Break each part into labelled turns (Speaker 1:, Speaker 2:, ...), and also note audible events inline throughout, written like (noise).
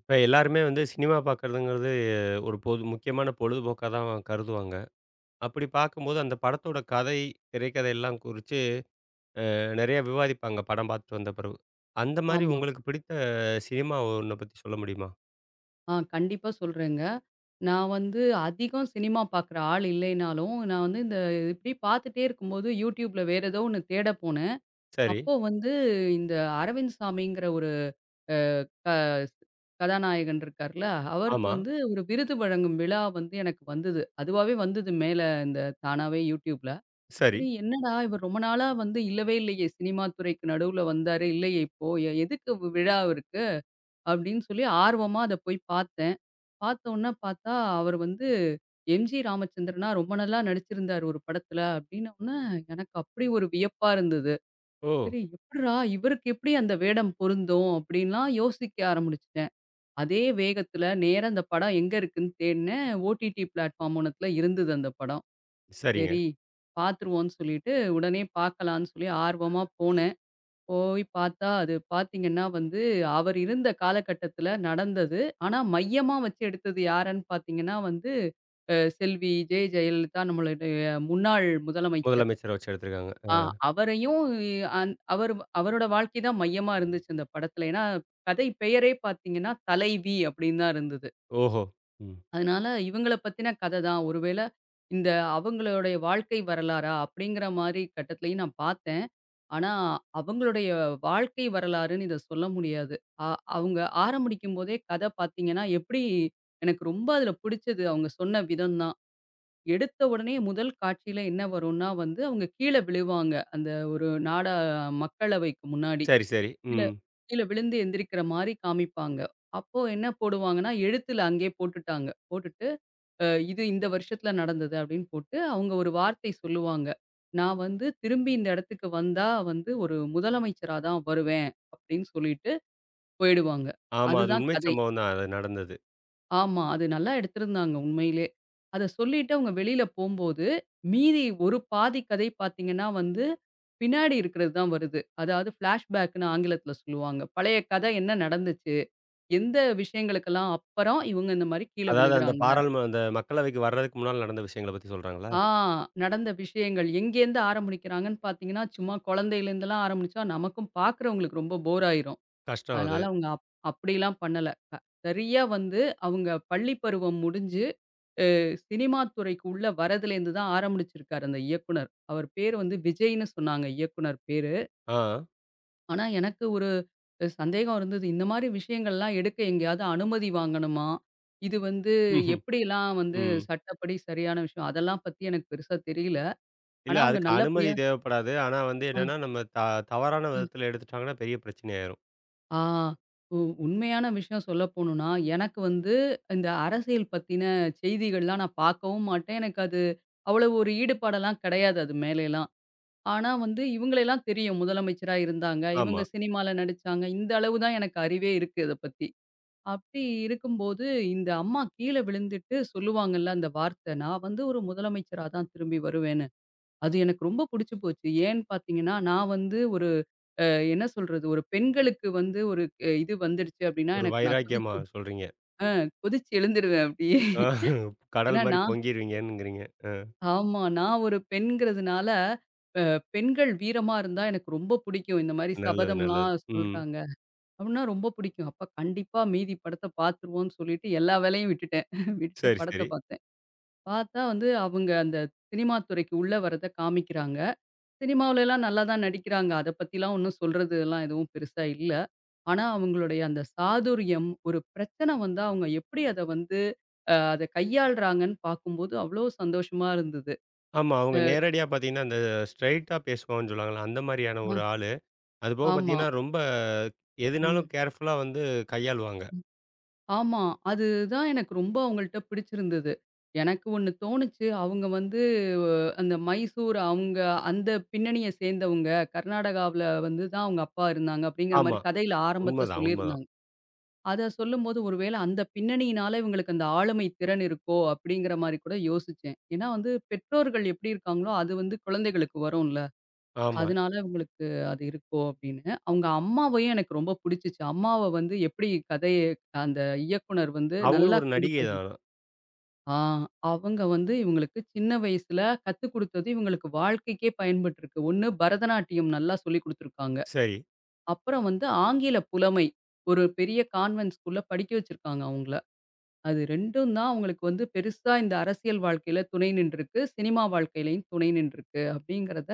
Speaker 1: இப்ப எல்லாருமே வந்து சினிமா பார்க்கறதுங்கிறது ஒரு பொது முக்கியமான பொழுதுபோக்கா தான் கருதுவாங்க. அப்படி பார்க்கும்போது அந்த படத்தோட கதை, திரைக்கதை எல்லாம் குறிச்சு நெறைய விவாதிப்பாங்க படம் பார்த்துட்டு வந்த பிறகு. அந்த மாரி
Speaker 2: ஆமா.
Speaker 1: உங்களுக்கு பிடித்த சினிமா ஒண்ண பத்தி சொல்ல முடியுமா?
Speaker 2: கண்டிப்பா சொல்றேங்க. நான் வந்து அதிகம் சினிமா பார்க்குற ஆள் இல்லைனாலும், நான் வந்து இப்படி பார்த்துட்டே இருக்கும்போது, YouTubeல வேற ஏதோ ஒண்ணு தேட போனேன்.
Speaker 1: சரி.
Speaker 2: அப்போ வந்து இந்த அரவிந்த் சாமிங்கிற ஒரு அ க கதாநாயகன் இருக்கார்ல, அவருக்கு
Speaker 1: ஆமா.
Speaker 2: வந்து ஒரு விருது வழங்கும் விழா வந்து எனக்கு வந்தது. அதுவாவே வந்தது மேல இந்த தானாவே YouTubeல.
Speaker 1: சரி.
Speaker 2: சரி என்னடா இவர் ரொம்ப நாளா வந்து இல்லவே இல்லையே, சினிமா துறைக்கு நடுவுல வந்தாரு, இல்லையே இப்போ. எதுக்கு விழா இருக்கு? அப்படின்னு சொல்லி ஆர்வமா அத போய் பார்த்தேன். பார்த்தோன்ன பார்த்தா, அவர் வந்து எம்ஜி ராமச்சந்திரனா ரொம்ப நல்லா நடிச்சிருந்தாரு ஒரு படத்துல அப்டின்னோன, எனக்கு அப்படி ஒரு வியப்பா இருந்தது.
Speaker 1: ஓ!
Speaker 2: சரி எப்புட்றா இவருக்கு எப்படி அந்த வேடம் பொருந்தும்? அப்படின்லாம் யோசிக்க ஆரம்பிச்சுட்டேன். அதே வேகத்துல நேரா அந்த படம் எங்க இருக்குன்னு தேடுனேன். ஓடிடி பிளாட்ஃபார்ம் ஒன்னத்துல இருந்தது அந்த படம்.
Speaker 1: சரிங்க.
Speaker 2: சரி பார்த்துருவோம்னு சொல்லிட்டு, உடனே பார்க்கலான்னு சொல்லி ஆர்வமா போனேன். போய் பார்த்தா, அது பார்த்தீங்கன்னா வந்து, அவர் இருந்த காலகட்டத்தில நடந்தது. ஆனா மையமா வச்சு எடுத்தது யாருன்னு பார்த்தீங்கன்னா வந்து, செல்வி, ஜெ. ஜெயலலிதா நம்மளுடைய முன்னாள் முதலமைச்சர்.
Speaker 1: முதலமைச்சர வச்சு எடுத்திருக்காங்க.
Speaker 2: ஆ
Speaker 1: அ.
Speaker 2: அவரையும் அந் அவர் அவரோட வாழ்க்கை தான் மையமா இருந்துச்சு அந்த படத்தில. ஏன்னா, கதை பெயரே பார்த்தீங்கன்னா, தலைவி அப்படின்னு தான் இருந்தது.
Speaker 1: ஓஹோ! ம்.
Speaker 2: அதனால இவங்கள பத்தின கதை தான். ஒருவேளை இந்த அவங்களுடைய வாழ்க்கை வரலாறா? அப்படிங்கிற மாரி கட்டத்திலயும் நான் பார்த்தேன். ஆனா, அவங்களுடைய வாழ்க்கை வரலாறுன்னு இத சொல்ல முடியாது. அ அவங்க ஆரம்பிக்கும்போதே கதை பார்த்தீங்கன்னா, எப்படி எனக்கு ரொம்ப அதில பிடிச்சது அவங்க சொன்ன விதம் தான். எடுத்த உடனே முதல் காட்சியில என்ன வரும்னா வந்து, அவங்க கீழ விழுவாங்க. அந்த ஒரு நாடா மக்களவைக்கு முன்னாடி.
Speaker 1: சரி, சரி.
Speaker 2: கீழ
Speaker 1: ம்.
Speaker 2: கீழ விழுந்து எந்திரிக்கிற மாரி காமிப்பாங்க. அப்போ என்ன போடுவாங்கன்னா, எழுத்துல அங்கேயே போட்டுட்டாங்க. போட்டுட்டு அ இது இந்த வருஷத்துல நடந்தது அப்படின்னு போட்டு, அவங்க ஒரு வார்த்தை சொல்லுவாங்க. நான் வந்து திரும்பி இந்த இடத்துக்கு வந்தா வந்து ஒரு முதலமைச்சரா தான் வருவேன் அப்படின்னு சொல்லிட்டு போயிடுவாங்க.
Speaker 1: ஆமா. அது
Speaker 2: அதுதான்
Speaker 1: உண்மை
Speaker 2: கதை.
Speaker 1: சம்பவம் தான் அது நடந்தது.
Speaker 2: ஆமா. அது நல்லா எடுத்திருந்தாங்க உண்மையிலே. அத சொல்லிட்டு அவங்க வெளியில போம்போது, மீதி ஒரு பாதி கதை பார்த்தீங்கன்னா வந்து, பின்னாடி இருக்கிறது தான் வருது. அதாவது ஃபிளாஷ்பேக்குன்னு ஆங்கிலத்துல சொல்லுவாங்க. பழைய கதை என்ன நடந்துச்சு? எந்த விஷயங்களுக்கெல்லாம் அப்புறம் இவங்க இந்த மாரி கீழ
Speaker 1: அதாவது அந்த
Speaker 2: விழுகுறாங்க.
Speaker 1: பாராளும அந்த மக்களவைக்கு வர்றதுக்கு முன்னால நடந்த விஷயங்கள பத்தி சொல்றாங்களா?
Speaker 2: ஆ நடந்த விஷயங்கள் எங்கேருந்து ஆரம்பிக்கிறாங்கன்னு பார்த்தீங்கன்னா, சும்மா குழந்தையிலேருந்துலாம் ஆரம்பிச்சா, நமக்கும் பார்க்குறவங்களுக்கு ரொம்ப போர் ஆயிரும்.
Speaker 1: கஷ்டம் அது.
Speaker 2: அதனால அவங்க அப்படிலாம் பண்ணல. அ சரியா வந்து அவங்க பள்ளி பருவம் முடிஞ்சு, சினிமா துறைக்கு உள்ள வரதுலேருந்து தான் ஆரம்பிச்சிருக்காரு அந்த இயக்குனர். அவர் பேரு வந்து விஜய்ன்னு சொன்னாங்க இயக்குனர் பேரு.
Speaker 1: ஆ.
Speaker 2: ஆனா எனக்கு ஒரு சந்தேகம் இருந்தது. இந்த மாரி விஷயங்கள்லாம் எடுக்க எங்கேயாவது அனுமதி வாங்கணுமா? இது வந்து
Speaker 1: ம்ஹ்ம்.
Speaker 2: எப்படிலாம் வந்து
Speaker 1: ம்.
Speaker 2: சட்டப்படி சரியான விஷயம்? அதெல்லாம் பத்தி எனக்கு பெருசா தெரியல.
Speaker 1: இல்ல
Speaker 2: ஆனா அவங்க
Speaker 1: அதுக்கு அனுமதி
Speaker 2: நல்லபடியா
Speaker 1: தேவைப்படாது. ஆனா வந்து
Speaker 2: அ,
Speaker 1: என்னன்னா, நம்ம தவறான
Speaker 2: அ.
Speaker 1: விதத்துல எடுத்துட்டாங்கன்னா பெரிய பிரச்சனையாயிரும்.
Speaker 2: ஆ உ உண்மையான விஷயம் சொல்ல போணும்னா, எனக்கு வந்து இந்த அரசியல் பத்தின செய்திகள்லாம் நான் பார்க்கவும் மாட்டேன். எனக்கு அது அவ்வளவு ஒரு ஈடுபாடெல்லாம் கிடையாது அது மேலேலாம். ஆனா வந்து இவங்களையெல்லாம் தெரியும். முதலமைச்சரா இருந்தாங்க,
Speaker 1: ஆமா.
Speaker 2: இவங்க சினிமால நடிச்சாங்க. இந்த அளவு தான் எனக்கு அறிவே இருக்கு இத பத்தி. அப்படி இருக்கும்போது இந்த அம்மா கீழ விழுந்துட்டு சொல்லுவாங்கல்ல அந்த வார்த்தை, "நான் வந்து ஒரு முதலமைச்சரா தான் திரும்பி வருவேன்னு." அது எனக்கு ரொம்ப புடிச்சு போச்சு. ஏன்னு பார்த்தீங்கன்னா, நான் வந்து ஒரு அ என்ன சொல்றது? ஒரு பெண்களுக்கு வந்து ஒரு இது வந்துடுச்சு அப்டின்னா,
Speaker 1: ஒரு
Speaker 2: எனக்கு நான்
Speaker 1: வைராக்கியமா
Speaker 2: கொதிச்சு
Speaker 1: சொல்றீங்க.
Speaker 2: கொதிச்சு எழுந்துருவேன் அப்டியே.
Speaker 1: அ கடல்
Speaker 2: ஏன்னா
Speaker 1: மாரி பொங்கிருவீங்கன்னுங்கிறீங்க. அ
Speaker 2: ஆமா. நான் ஒரு பெண்ங்கிறதுனால, அ பெண்கள் வீரமா இருந்தா எனக்கு ரொம்ப புடிக்கும். இந்த மாரி
Speaker 1: நல்லது, நல்லது.
Speaker 2: சபதம்லாம்
Speaker 1: ம்.
Speaker 2: சொல்றாங்க. அப்டின்னா ரொம்ப புடிக்கும். அப்ப கண்டிப்பா மீதி படத்த பார்த்துருவோம்னு சொல்லிட்டு எல்லா வேலையும் விட்டுட்டேன். (laughs) விட்டுட்டு
Speaker 1: சரி,
Speaker 2: படத்த
Speaker 1: சரி.
Speaker 2: பார்த்தேன். பார்த்தா வந்து அவங்க அந்த சினிமா துறைக்கு உள்ள வர்றத காமிக்கிறாங்க. சினிமாவுலலாம் நல்லா தான் நடிக்கிறாங்க. அத பத்திலாம் ஒண்ணும் சொல்றதுலாம் எதுவும் பெருசா இல்ல. ஆனா, அவங்களுடைய அந்த சாதுரியம், ஒரு பிரச்சனை வந்தா அவங்க எப்படி அத வந்து அத கையாள்றாங்கன்னு பார்க்கும்போது அவ்ளோ சந்தோஷமா இருந்தது.
Speaker 1: ஆமா. அவங்க நேரடியா பாத்தீங்கன்னா, அந்த ஸ்ட்ரெயிட்டா பேசுவாங்கன்னு சொல்லுவாங்கல்ல, அந்த மாரியான
Speaker 2: ஆ.
Speaker 1: ஒரு ஆளு. அதுபோக
Speaker 2: ஆமா.
Speaker 1: பாத்தீங்கன்னா, ரொம்ப எதுனாலும்
Speaker 2: ம்.
Speaker 1: கேர்ஃபுல்லா வந்து கையாளுவாங்க.
Speaker 2: ம். ஆமா. அதுதான் எனக்கு ரொம்ப அவங்கள்ட்ட பிடிச்சிருந்தது. எனக்கு ஒண்ணு தோணுச்சு. அவங்க வந்து அந்த மைசூர் அவங்க அந்த பின்னணிய சேர்ந்தவங்க. கர்நாடகாவுல வந்து தான் அவங்க அப்பா இருந்தாங்க அப்படிங்கிற
Speaker 1: ஆமா.
Speaker 2: மாரி கதையில ஆரம்பத்துல
Speaker 1: உண்மதான், உண்மதான்.
Speaker 2: சொல்லியிருந்தாங்க. அத சொல்லும்போது, ஒருவேளை அந்த பின்னணியினால இவங்களுக்கு அந்த ஆளுமை திறன் இருக்கோ! அப்படிங்கிற மாரி கூட யோசிச்சேன். ஏன்னா வந்து பெற்றோர்கள் எப்படி இருக்காங்களோ, அது வந்து குழந்தைகளுக்கு வரும்ல.
Speaker 1: ஆமா.
Speaker 2: அதனால இவங்களுக்கு அது இருக்கோ அப்படின்னு. அவங்க அம்மாவையும் எனக்கு ரொம்ப புடிச்சுச்சு. அம்மாவ வந்து எப்படி கதைய அந்த இயக்குனர் வந்து
Speaker 1: அவங்களும்
Speaker 2: நல்லா
Speaker 1: ஒரு
Speaker 2: கொண்டு
Speaker 1: நடிகை
Speaker 2: போயிருந்.
Speaker 1: தான்.
Speaker 2: ஆ அவங்க வந்து இவங்களுக்கு சின்ன வயசுல கத்துக் குடுத்தது இவங்களுக்கு வாழ்க்கைக்கே பயன்பட்டுருக்கு. ஒண்ணு பரதநாட்டியம் நல்லா சொல்லிக் குடுத்துருக்காங்க.
Speaker 1: சரி.
Speaker 2: அப்புறம் வந்து ஆங்கில புலமை. ஒரு பெரிய கான்வென்ட் ஸ்கூல்ல படிக்க வச்சிருக்காங்க அவங்கள. அது 2ம் தான் அவங்களுக்கு வந்து பெருசா இந்த அரசியல் வாழ்க்கையில துணை நின்றுருக்கு. சினிமா வாழ்க்கையிலயும் துணை நின்றுருக்கு அப்படிங்கிறத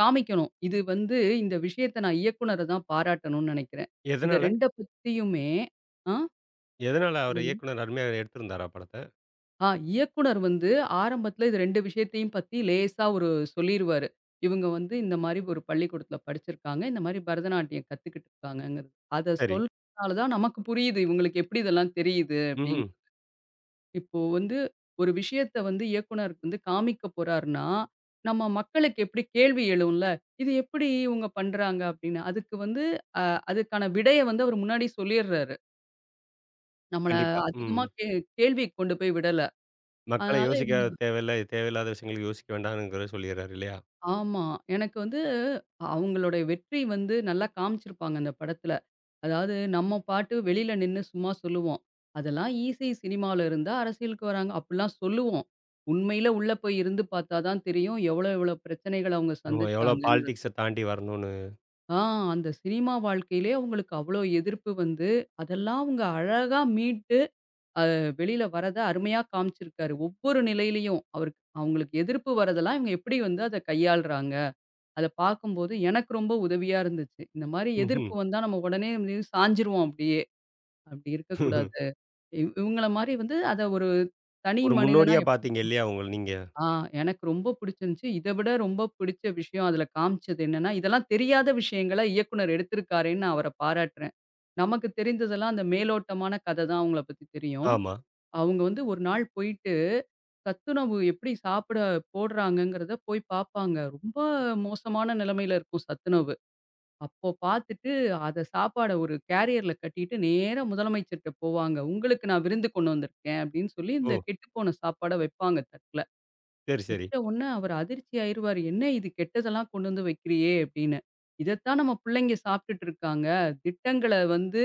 Speaker 2: காமிக்கணும். இது வந்து இந்த விஷயத்த நான் இயக்குனர தான் பாராட்டணும்னு நெனைக்கிறேன். இத
Speaker 1: எதனால?
Speaker 2: 2 பத்தியுமே ஆ.
Speaker 1: எதனால அவரு
Speaker 2: சொல்லுங்க.
Speaker 1: இயக்குனர் அருமையா எடுத்திருந்தாரா படத்த?
Speaker 2: ஆ இயக்குனர் வந்து ஆரம்பத்துல இது 2 விஷயத்தையும் பத்தி லேசா ஒரு சொல்லிருவாரு. இவங்க வந்து இந்த மாரி ஒரு பள்ளிக்கூடத்துல படிச்சிருக்காங்க. இந்த மாரி பரதநாட்டியம் கத்துக்கிட்டு இருக்காங்கங்கிறது. அத
Speaker 1: சரி.
Speaker 2: சொல்றனால தான் நமக்கு புரியுது. இவங்களுக்கு எப்படி இதெல்லாம் தெரியுது
Speaker 1: ம்ஹ்ம்.
Speaker 2: அப்படிங்கிறது. இப்போ வந்து ஒரு விஷயத்த வந்து இயக்குனர் வந்து காமிக்க போறாருன்னா, நம்ம மக்களுக்கு எப்படி கேள்வி எழும்ல. "இது எப்படி இவங்க பண்றாங்க?" அப்படின்னு. அதுக்கு வந்து அ அதுக்கான விடைய வந்து அவரு முன்னாடி சொல்லிர்றாரு. நம்மள
Speaker 1: கண்டிப்பா. ம்.
Speaker 2: அதிகமா கேள்விக்கு கொண்டு போய் விடல.
Speaker 1: மக்கள
Speaker 2: அதனால
Speaker 1: யோசிக்க தேவையில்ல. தேவையில்லாத விஷயங்களுக்கு யோசிக்க வேண்டாம்ங்கிற சொல்லிறாரு இல்லையா?
Speaker 2: ஆமா. எனக்கு வந்து அவங்களுடைய வெற்றி வந்து நல்லா காமிச்சிருப்பாங்க அந்த படத்துல. அதாவது நம்ம பாட்டு வெளியில நின்னு சும்மா சொல்லுவோம். அதெல்லாம் ஈஸி சினிமால இருந்தா அரசியலுக்கு வராங்க. அப்படிலாம் சொல்லுவோம். உண்மையில உள்ள போய் இருந்து பார்த்தா தான் தெரியும் எவ்வளோ எவ்வளோ பிரச்சனைகள அவங்க
Speaker 1: ஆமா எவ்வளோ
Speaker 2: சந்திச்சாங்கங்கிறது.
Speaker 1: பாலிடிக்ஸ தாண்டி வரணும்னு.
Speaker 2: ஆ அந்த சினிமா வாழ்க்கையிலே அவங்களுக்கு அவ்வளோ எதிர்ப்பு வந்து, அதெல்லாம் அவங்க அழகா மீட்டு அ வெளியில வரத அருமையா காமிச்சிருக்காரு. ஒவ்வொரு நிலையிலயும் அவருக்கு அவங்களுக்கு எதிர்ப்பு வரதெல்லாம் இவங்க எப்படி வந்து அத கையாளுறாங்க. அத பார்க்கும்போது எனக்கு ரொம்ப உதவியா இருந்துச்சு. இந்த மாரி
Speaker 1: ம்ஹ்ம்.
Speaker 2: எதிர்ப்பு வந்தா நம்ம உடனே வந்து சாஞ்சிருவோம் அப்படியே. அப்படி இருக்கக்கூடாது. இவங்கள மாரி வந்து அத ஒரு தனி
Speaker 1: ஒரு
Speaker 2: மனிதனா
Speaker 1: முன்னோடியா
Speaker 2: எப்
Speaker 1: பார்த்தீங்க இல்லையா உங்கள நீங்க?
Speaker 2: ஆ எனக்கு ரொம்ப பிடிச்சிருந்துச்சு. இத விட ரொம்ப பிடிச்ச விஷயம் அதுல காமிச்சது என்னன்னா, இதெல்லாம் தெரியாத விஷயங்கள இயக்குனர் எடுத்திருக்காரேன்னு நான் அவர பாராட்டுறேன். நமக்கு தெரிந்ததெல்லாம் அந்த மேலோட்டமான கத தான் அவங்கள பத்தி தெரியும்.
Speaker 1: ஆமா.
Speaker 2: அவங்க வந்து ஒரு நாள் போயிட்டு சத்துணவு எப்படி சாப்பிட போடுறாங்கங்கிறத போய் பார்ப்பாங்க. ரொம்ப மோசமான நிலைமையில இருக்கும் சத்துணவு. அப்போ பார்த்துட்டு, அத சாப்பாட ஒரு கேரியர்ல கட்டிட்டு நேரா முதலமைச்சர்ட்ட போவாங்க. "உங்களுக்கு நான் விருந்து கொண்டு வந்திருக்கேன்" அப்படின்னு சொல்லி இந்த
Speaker 1: ஓ!
Speaker 2: கெட்டுப்போன சாப்பாட வைப்பாங்க தட்ல.
Speaker 1: சரி, சரி.
Speaker 2: வச்ச உடனே அவர் அதிர்ச்சி ஆயிருவாரு. "என்ன இது கெட்டதெல்லாம் கொண்டு வந்து வைக்கிறியே" அப்படின்னு. "இதத்தான் நம்ம பிள்ளைங்க சாப்பிட்டுட்டு இருக்காங்க. திட்டங்கள வந்து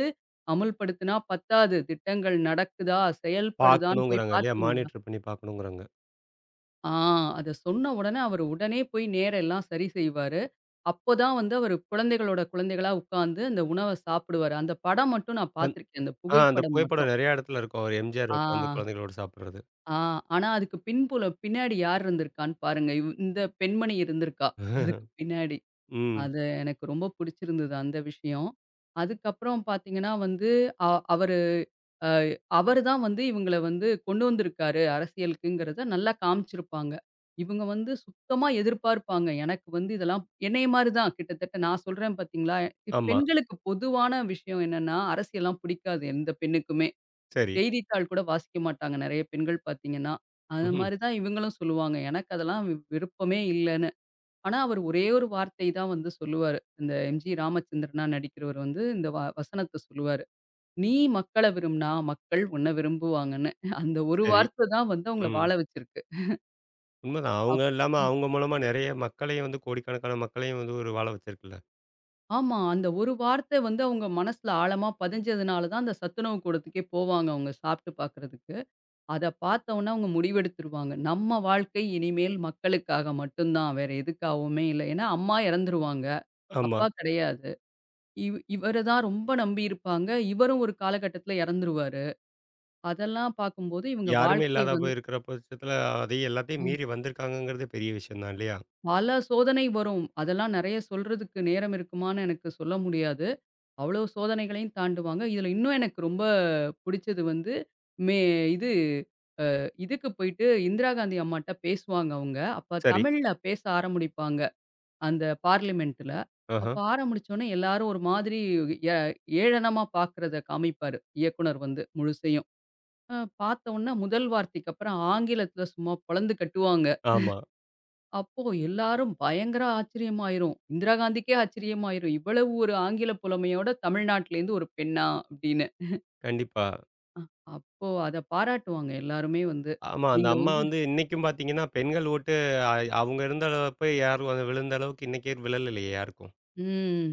Speaker 2: அமல்படுத்தினா பத்தாது. திட்டங்கள் நடக்குதா, செயல்படுதான்னு போய்
Speaker 1: பார்க்கணுங்கிறாங்க இல்லையா?
Speaker 2: பார்த்தீங்களா?"
Speaker 1: மானிட்டர் பண்ணி பார்க்கணுங்கிறாங்க.
Speaker 2: ஆ அத சொன்ன உடனே அவர் உடனே போய் நேர எல்லாம் சரி செய்வாரு. அப்போதான் வந்து அவரு குழந்தைகளோட குழந்தைகளா உட்கார்ந்து அந்த உணவ சாப்பிடுவாரு. அந்த படம் மட்டும் நான்
Speaker 1: அந்
Speaker 2: பார்த்துருக்கேன். அந்த
Speaker 1: ஆ அந்த
Speaker 2: புகைப்படம்
Speaker 1: புகைப்படம்
Speaker 2: மட்டும்.
Speaker 1: நெறைய இடத்துல இருக்கும். அவர் எம்ஜிஆர்
Speaker 2: ஆ,
Speaker 1: உட்காந்து குழந்தைகளோட சாப்பிடுறது.
Speaker 2: ஆ. ஆனா அதுக்கு பின்புலம் பின்னாடி யார் இருந்திருக்கான்னு பாருங்க. இந்த பெண்மணி இருந்திருக்கா. அதுக்கு பின்னாடி.
Speaker 1: ம்.
Speaker 2: அது எனக்கு ரொம்ப புடிச்சிருந்தது அந்த விஷயம். அதுக்கப்புறம் பார்த்தீங்கன்னா வந்து, அ அவ அ அவரு தான் வந்து இவங்கள வந்து கொண்டு வந்திருக்காரு அரசியலுக்குங்கிறத நல்லா காமிச்சிருப்பாங்க. இவங்க வந்து சுத்தமா எதிர்பார்ப்பாங்க. எனக்கு வந்து இதெல்லாம் என்னைய மாரி தான் கிட்டத்தட்ட நான் சொல்றேன் பார்த்தீங்களா,
Speaker 1: ஆமா.
Speaker 2: பெண்களுக்கு பொதுவான விஷயம் என்னன்னா, அரசியல்லாம் பிடிக்காது எந்த பெண்ணுக்குமே.
Speaker 1: சரி.
Speaker 2: செய்தித்தாள் கூட வாசிக்க மாட்டாங்க நெறைய பெண்கள் பார்த்தீங்கன்னா. அது
Speaker 1: ம்ஹ்ம்.
Speaker 2: மாரி தான் இவங்களும் சொல்லுவாங்க. எனக்கு அதெல்லாம் விருப்பமே இல்லன்னு. ஆனா அவரு ஒரே ஒரு வார்த்தை தான் வந்து சொல்லுவாரு. இந்த எம்.ஜி. ராமச்சந்திரனா நடிக்கிறவரு வந்து இந்த வசனத்த சொல்லுவாரு. நீ மக்கள விரும்பினா, மக்கள் உன்ன விரும்புவாங்கன்னு. அந்த ஒரு
Speaker 1: சரி.
Speaker 2: வார்த்தை தான் வந்து அவங்கள
Speaker 1: ம்.
Speaker 2: வாழ வச்சிருக்கு.
Speaker 1: உண்மதான். அவங்க
Speaker 2: அப்
Speaker 1: இல்லாம அவங்க மூலமா நெறைய மக்களையும் வந்து கோடிக்கணக்கான மக்களையும் வந்து ஒரு வாழ வச்சிருக்குல்ல.
Speaker 2: ஆமா. அந்த ஒரு வார்த்தை வந்து அவங்க மனசுல ஆழமா பதிஞ்சதுனால தான் அந்த சத்துணவு கூடத்துக்கே போவாங்க அவங்க சாப்பிட்டு பார்க்கறதுக்கு. அத பார்த்தோனே அவங்க முடிவெடுத்துருவாங்க. நம்ம வாழ்க்கை இனிமேல் மக்களுக்காக மட்டும் தான். வேற எதுக்காகவுமே இல்ல. ஏன்னா அம்மா இறந்துருவாங்க.
Speaker 1: ஆமா.
Speaker 2: அப்பா கிடையாது. இவர தான் ரொம்ப நம்பியிருப்பாங்க. இவரும் ஒரு காலகட்டத்தில இறந்துருவாரு. அதெல்லாம் பார்க்கும்போது இவங்க
Speaker 1: யாருமே
Speaker 2: வாழ்க்கைய
Speaker 1: இல்லாத போய் இருக்கிற பட்சத்தில, அதையும் எல்லாத்தையும்
Speaker 2: வந்து
Speaker 1: மீறி வந்திருக்காங்கங்கிறது பெரிய விஷயம் தான் இல்லையா?
Speaker 2: பல சோதனை வரும். அதெல்லாம் நெறைய சொல்றதுக்கு நேரம் இருக்குமான்னு எனக்கு சொல்ல முடியாது. அவ்வளோ சோதனைகளையும் தாண்டுவாங்க. இதுல இன்னும் எனக்கு ரொம்ப புடிச்சது வந்து, மே இது இதுக்கு போயிட்டு இந்திரா காந்தி அம்மாட்ட பேசுவாங்க அவங்க. அப்ப
Speaker 1: சரி.
Speaker 2: தமிழ்ல பேச ஆரம்பிப்பாங்க, அந்த பார்லிமென்ட்ல.
Speaker 1: ஆஹா.
Speaker 2: அப்ப ஆரம்பிச்சோனே எல்லாரும் ஒரு மாதிரி எ ஏளனமா பார்க்குறத காமிப்பாரு, இயக்குனர் வந்து முழுசையும். அ பார்த்தோன்ன முதல் வார்த்தைக்கு அப்புறம் ஆங்கிலத்துல சும்மா பொளந்து கட்டுவாங்க.
Speaker 1: ஆமா.
Speaker 2: அப்போ எல்லாரும் பயங்கர ஆச்சரியமாயிரும். இந்திரா காந்திக்கே ஆச்சரியமாயிரும். இவ்வளவு ஒரு ஆங்கில புலமையோட தமிழ்நாட்டிலேருந்து ஒரு பெண்ணா அப்படின்னு.
Speaker 1: கண்டிப்பா.
Speaker 2: அ அப்போ அத பாராட்டுவாங்க எல்லாருமே வந்து.
Speaker 1: ஆமா. அந்த
Speaker 2: நீங்க
Speaker 1: அம்மா
Speaker 2: வந்து.
Speaker 1: வந்து இன்னைக்கும் பார்த்தீங்கன்னா, பெண்கள் ஓட்டு அ அவங்க இருந்த அளவுக்கு யாரும் வந்து விழுந்த அளவுக்கு இன்னைக்கு விழலலையே யாருக்கும்.
Speaker 2: ம்.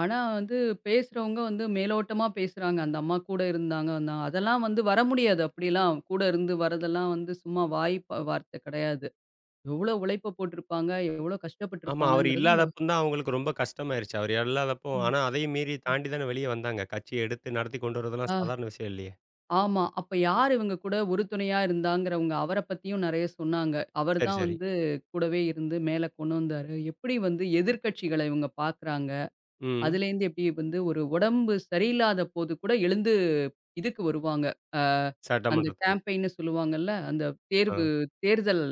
Speaker 2: ஆனா வந்து பேசுறவங்க வந்து மேலோட்டமா பேசுறாங்க. அந்த அம்மா கூட இருந்தாங்க, வந்தாங்க. அதெல்லாம் வந்து வர முடியாது அப்படிலாம். கூட இருந்து வரதெல்லாம் வந்து சும்மா வாய் வார்த்தை கிடையாது. எவ்வளோ உழைப்ப போட்டிருப்பாங்க, எவ்வளோ
Speaker 1: ஆமா. அவர்
Speaker 2: கஷ்டப்பட்டுருப்பாங்கங்கிறது அந்த.
Speaker 1: இல்லாதப்ப தான் அவங்களுக்கு ரொம்ப கஷ்டமாயிருச்சு. அவர் இல்லாதப்போ
Speaker 2: ம்.
Speaker 1: ஆனா அதையும் மீறி தாண்டி தானே வெளிய வந்தாங்க. கட்சிய எடுத்து நடத்தி கொண்டு வரதெல்லாம்
Speaker 2: ஆ.
Speaker 1: சாதாரண விஷயம் இல்லையே!
Speaker 2: ஆமா. அப்ப யார் இவங்க கூட உறுதுணையா இருந்தாங்கிறவங்க, அவர பத்தியும் நெறைய சொன்னாங்க. அவர்
Speaker 1: சரி,
Speaker 2: தான்
Speaker 1: சரி.
Speaker 2: வந்து கூடவே இருந்து மேல கொண்டு வந்தாரு. எப்படி வந்து எதிர்க்கட்சிகள இவங்க பார்க்குறாங்க.
Speaker 1: ம்.
Speaker 2: அதுலேருந்து எப்படி வந்து ஒரு உடம்பு சரியில்லாத போது கூட எழுந்து இதுக்கு வருவாங்க. அ அந்த
Speaker 1: சட்டமன்றத்துக்கு.
Speaker 2: கேம்பெயின்னு சொல்லுவாங்கல்ல. அந்த
Speaker 1: ஆ.
Speaker 2: தேர்வு தேர்தல்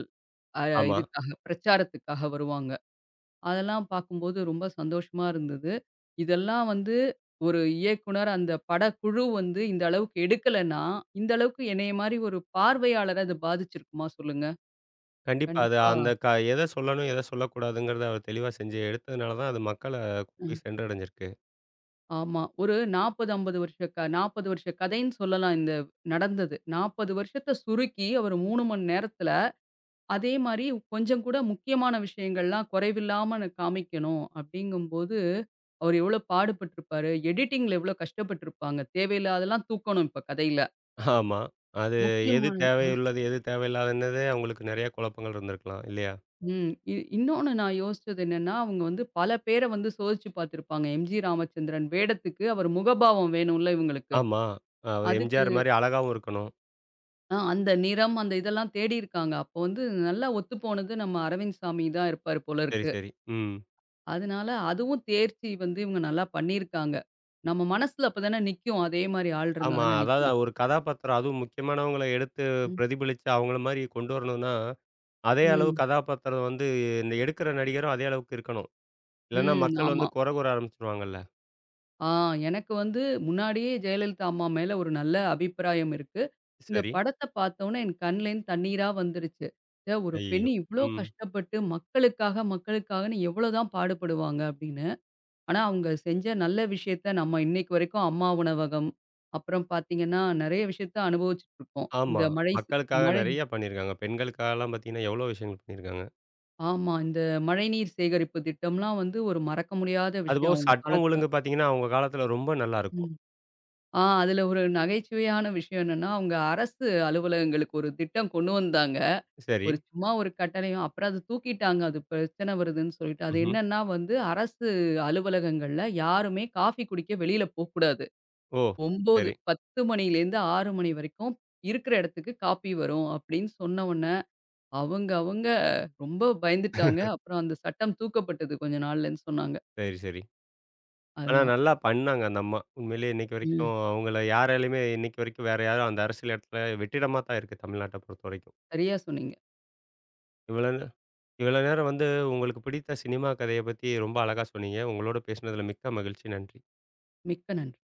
Speaker 2: அ
Speaker 1: ஆமா.
Speaker 2: இதுக்காக பிரச்சாரத்துக்காக வருவாங்க. அதெல்லாம் பார்க்கும்போது ரொம்ப சந்தோஷமா இருந்தது. இதெல்லாம் வந்து ஒரு இயக்குனர், அந்த படக்குழு வந்து இந்த அளவுக்கு எடுக்கலன்னா, இந்த அளவுக்கு என்னைய மாரி ஒரு பார்வையாளர அது பாதிச்சிருக்குமா சொல்லுங்க?
Speaker 1: கண்டிப்பா. அது
Speaker 2: கண்டிப்பா.
Speaker 1: அந்த க எத சொல்லணும், எத சொல்லக்கூடாதுங்கிறத அவர் தெளிவா செஞ்சு எடுத்ததுனால தான் அது மக்கள
Speaker 2: அ
Speaker 1: போய் சென்றடைஞ்சிருக்கு.
Speaker 2: ஆமா. ஒரு 40, 50 வருஷ 40 வருஷ கதைன்னு சொல்லலாம் இந்த நடந்தது. 40 வருஷத்த சுருக்கி அவர் 3 மணி நேரத்தில அதே மாரி கொஞ்சம் கூட முக்கியமான விஷயங்கள்லாம் குறைவில்லாம நான் காமிக்கணும் அப்படிங்கும்போது, அவர் எவ்வளோ பாடுபட்டுருப்பாரு. எடிட்டிங்ல எவ்வளோ கஷ்டப்பட்டுருப்பாங்க. தேவையில்லாததெல்லாம் தூக்கணும் இப்ப கதையில.
Speaker 1: ஆமா. அது எது
Speaker 2: முக்கியமான. அ
Speaker 1: தேவையுள்ளது, எது தேவையில்லாதுன்னதே அவங்களுக்கு நெறைய குழப்பங்கள் இருந்திருக்கலாம் இல்லையா?
Speaker 2: ம். இன்னொன்னு நான் யோசிச்சது என்னன்னா, அவங்க வந்து பல பேர வந்து சோதிச்சு பார்த்துருப்பாங்க. எம்ஜி ராமச்சந்திரன் வேடத்துக்கு அவர் முகபாவம் வேணும்ல இவங்களுக்கு.
Speaker 1: ஆமா. அவர்
Speaker 2: அதுக்கு
Speaker 1: எம்ஜிஆர் மாரி அழகாவும் இருக்கணும்.
Speaker 2: அந்த நிறம் அந்த இதெல்லாம் தேடியிருக்காங்க. அப்போ வந்து நல்லா ஒத்து போனது நம்ம அரவிந்த் சாமி தான் இருப்பாரு போல
Speaker 1: சரி,
Speaker 2: இருக்கு.
Speaker 1: சரி. ம்.
Speaker 2: அதனால அதுவும் தேர்ச்சி வந்து இவங்க நல்லா பண்ணியிருக்காங்க. நம்ம மனசுல அப்ப தானே நிக்கும். அதே மாரி ஆள் இருந்தா
Speaker 1: ஆமா.
Speaker 2: தானே
Speaker 1: அதாவது
Speaker 2: நிக்கும்.
Speaker 1: ஒரு கதாபாத்திரம் அதுவும் முக்கியமானவங்கள எடுத்து
Speaker 2: ம்.
Speaker 1: பிரதிபலிச்சு அவங்கள மாரி கொண்டு வரணும்னா, அதே அளவு
Speaker 2: ம்.
Speaker 1: கதாபாத்திரம் வந்து இந்த எடுக்கிற நடிகரும் அதே அளவுக்கு இருக்கணும். இல்லன்னா
Speaker 2: ம்.
Speaker 1: மக்கள் வந்து
Speaker 2: ஆமா.
Speaker 1: குறை கூற ஆரம்பிச்சுருவாங்கல்ல.
Speaker 2: ஆ எனக்கு வந்து முன்னாடியே ஜெயலலிதா அம்மா மேல ஒரு நல்ல அபிப்பிராயம் இருக்கு. இந்த
Speaker 1: சரி.
Speaker 2: படத்த பார்த்தோனே என் கண்லேருந்து தண்ணீரா வந்துருச்சு. "ச்சே! ஒரு பெண்
Speaker 1: ஐய்யயோ!
Speaker 2: இவ்ளோ
Speaker 1: ம்.
Speaker 2: கஷ்டப்பட்டு மக்களுக்காக, மக்களுக்காகன்னு எவ்வளோதான் பாடுபடுவாங்க" அப்படின்னு. ஆனா அவங்க செஞ்ச நல்ல விஷயத்த நம்ம இன்னைக்கு வரைக்கும் அம்மா உணவகம், அப்புறம் பார்த்தீங்கன்னா, நெறைய விஷயத்த அனுபவிச்சுட்டு இருக்கோம். இந்த
Speaker 1: ஆமா.
Speaker 2: மழை சி
Speaker 1: மக்களுக்காக
Speaker 2: மழை
Speaker 1: நெறைய பண்ணியிருக்காங்க. பெண்களுக்காகலாம் பார்த்தீங்கன்னா, எவ்வளோ விஷயங்கள் பண்ணியிருக்காங்க.
Speaker 2: ஆமா. இந்த மழைநீர் சேகரிப்பு திட்டம்லாம் வந்து ஒரு மறக்க முடியாத விஷயம்
Speaker 1: அதுபோக
Speaker 2: அவங்க
Speaker 1: சட்டம்
Speaker 2: காலத்துல.
Speaker 1: ஒழுங்கு பார்த்தீங்கன்னா, அவங்க காலத்தில ரொம்ப நல்லா இருக்கும்.
Speaker 2: ம். அதுல ஒரு நகைச்சுவையான விஷயம் என்னன்னா, அவங்க அரசு அலுவலகங்களுக்கு ஒரு திட்டம் கொண்டு வந்தாங்க.
Speaker 1: சரி.
Speaker 2: ஒரு சும்மா ஒரு கட்டளையும் அப்புறம் அத தூக்கிட்டாங்க. அது பிரச்சனை வருதுன்னு சொல்லிட்டு. அது
Speaker 1: ம்ஹ்ம்.
Speaker 2: என்னன்னா வந்து அரசு அலுவலகங்கள்ல யாருமே காஃபி குடிக்க வெளியில போக்கூடாது.
Speaker 1: ஓ!
Speaker 2: 9
Speaker 1: சரி,
Speaker 2: 10 மணிலேருந்து 6 மணி வரைக்கும் இருக்கிற இடத்துக்கு காப்பி வரும் அப்படின்னு சொன்ன உடனே அவங்க அவங்க ரொம்ப பயந்துட்டாங்க. அப்புறம் அந்த சட்டம் தூக்கப்பட்டது கொஞ்ச நாள்லன்னு சொன்னாங்க.
Speaker 1: சரி, சரி. ஆனா
Speaker 2: அதுதான்.
Speaker 1: நல்லா பண்ணாங்க அந்த அம்மா. உண்மையிலேயே இன்னைக்கு
Speaker 2: ம்.
Speaker 1: வரைக்கும் அவங்கள யாராலயுமே இன்னைக்கு வரைக்கும் வேற யாரும் அந்த அரசியல் இடத்துல வெற்றிடமா தான் இருக்கு தமிழ்நாட்ட பொறுத்தவரைக்கும்.
Speaker 2: சரியா சொன்னீங்க.
Speaker 1: இவ்வளோ நே இவ்வளோ நேரம் வந்து உங்களுக்கு பிடித்த சினிமா கதைய பத்தி ரொம்ப அழகா சொன்னீங்க. உங்களோட பேசினதில மிக்க மகிழ்ச்சி. நன்றி.
Speaker 2: மிக்க நன்றி.